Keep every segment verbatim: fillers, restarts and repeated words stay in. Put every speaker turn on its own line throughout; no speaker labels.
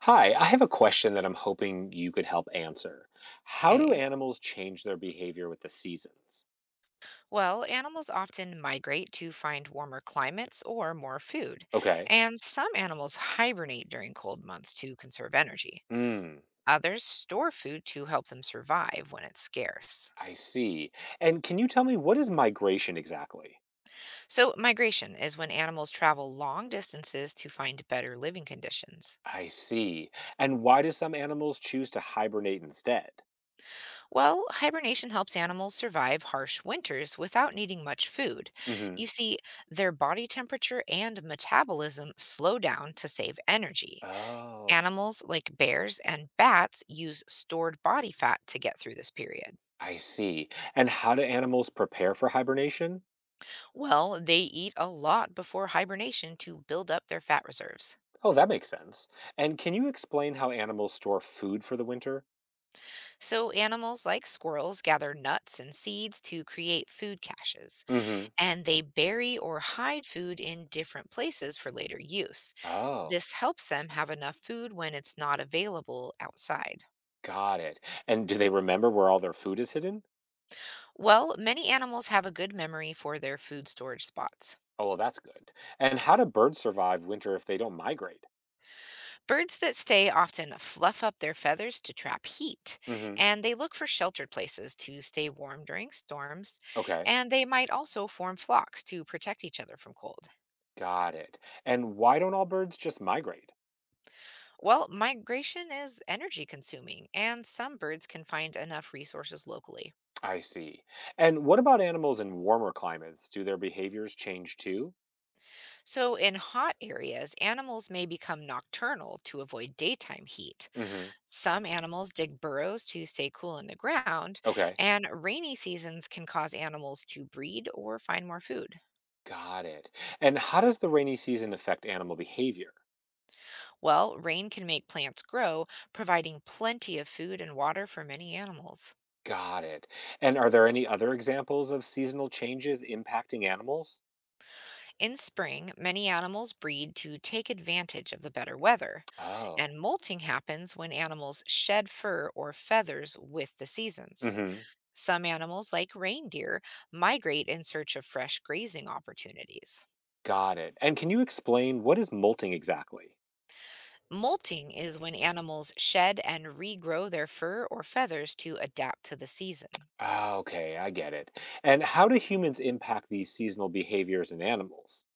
Hi, I have a question that I'm hoping you could help answer. How do
Okay.
animals change their behavior with the seasons?
Well, animals often migrate to find warmer climates or more food,
Okay.
and some animals hibernate during cold months to conserve energy.
Hmm,
Others store food to help them survive when it's scarce.
I see. And can you tell me, what is migration exactly?
So, migration is when animals travel long distances to find better living conditions.
I see. And why do some animals choose to hibernate instead?
Well, hibernation helps animals survive harsh winters without needing much food. You
Hmm.
see, their body temperature and metabolism slow down to save energy.
Oh,
Animals like bears and bats use stored body fat to get through this period.
I see. And how do animals prepare for hibernation?
Well, they eat a lot before hibernation to build up their fat reserves.
Oh, that makes sense. And can you explain how animals store food for the winter?
So, animals like squirrels gather nuts and seeds to create food caches,
Hmm.
and they bury or hide food in different places for later use.
Oh.
This helps them have enough food when it's not available outside.
Got it. And do they remember where all their food is hidden?
Well, many animals have a good memory for their food storage spots.
Oh, well, that's good. And how do birds survive winter if they don't migrate?
Birds that stay often fluff up their feathers to trap heat,
Hmm.
and they look for sheltered places to stay warm during storms,
Okay,
and they might also form flocks to protect each other from cold.
got it. And why don't all birds just migrate?
Well, migration is energy consuming, and some birds can find enough resources locally.
I see. And what about animals in warmer climates? Do their behaviors change too?
So, in hot areas, animals may become nocturnal to avoid daytime heat.
Hmm.
Some animals dig burrows to stay cool in the ground,
Okay,
and rainy seasons can cause animals to breed or find more food.
got it. And how does the rainy season affect animal behavior?
Well, rain can make plants grow, providing plenty of food and water for many animals.
Got it. And are there any other examples of seasonal changes impacting animals?
In spring, many animals breed to take advantage of the better weather,
Oh.
and molting happens when animals shed fur or feathers with the seasons.
Hmm.
Some animals, like reindeer, migrate in search of fresh grazing opportunities.
Got it. And can you explain, what is molting exactly?
Molting is when animals shed and regrow their fur or feathers to adapt to the season.
Ah, okay, I get it. And how do humans impact these seasonal behaviors in animals?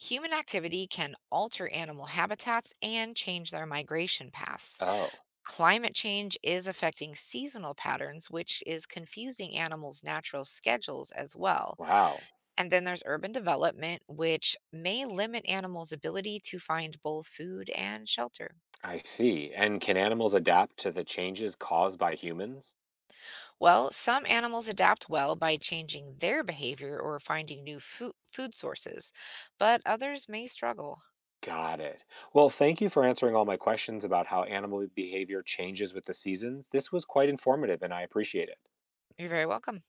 Human activity can alter animal habitats and change their migration paths.
Oh,
Climate change is affecting seasonal patterns, which is confusing animals' natural schedules as well.
wow.
And then there's urban development, which may limit animals' ability to find both food and shelter.
I see. And can animals adapt to the changes caused by humans?
Well, some animals adapt well by changing their behavior or finding new food, food sources, but others may struggle.
Got it. Well, thank you for answering all my questions about how animal behavior changes with the seasons. This was quite informative and I appreciate it.
You're very welcome.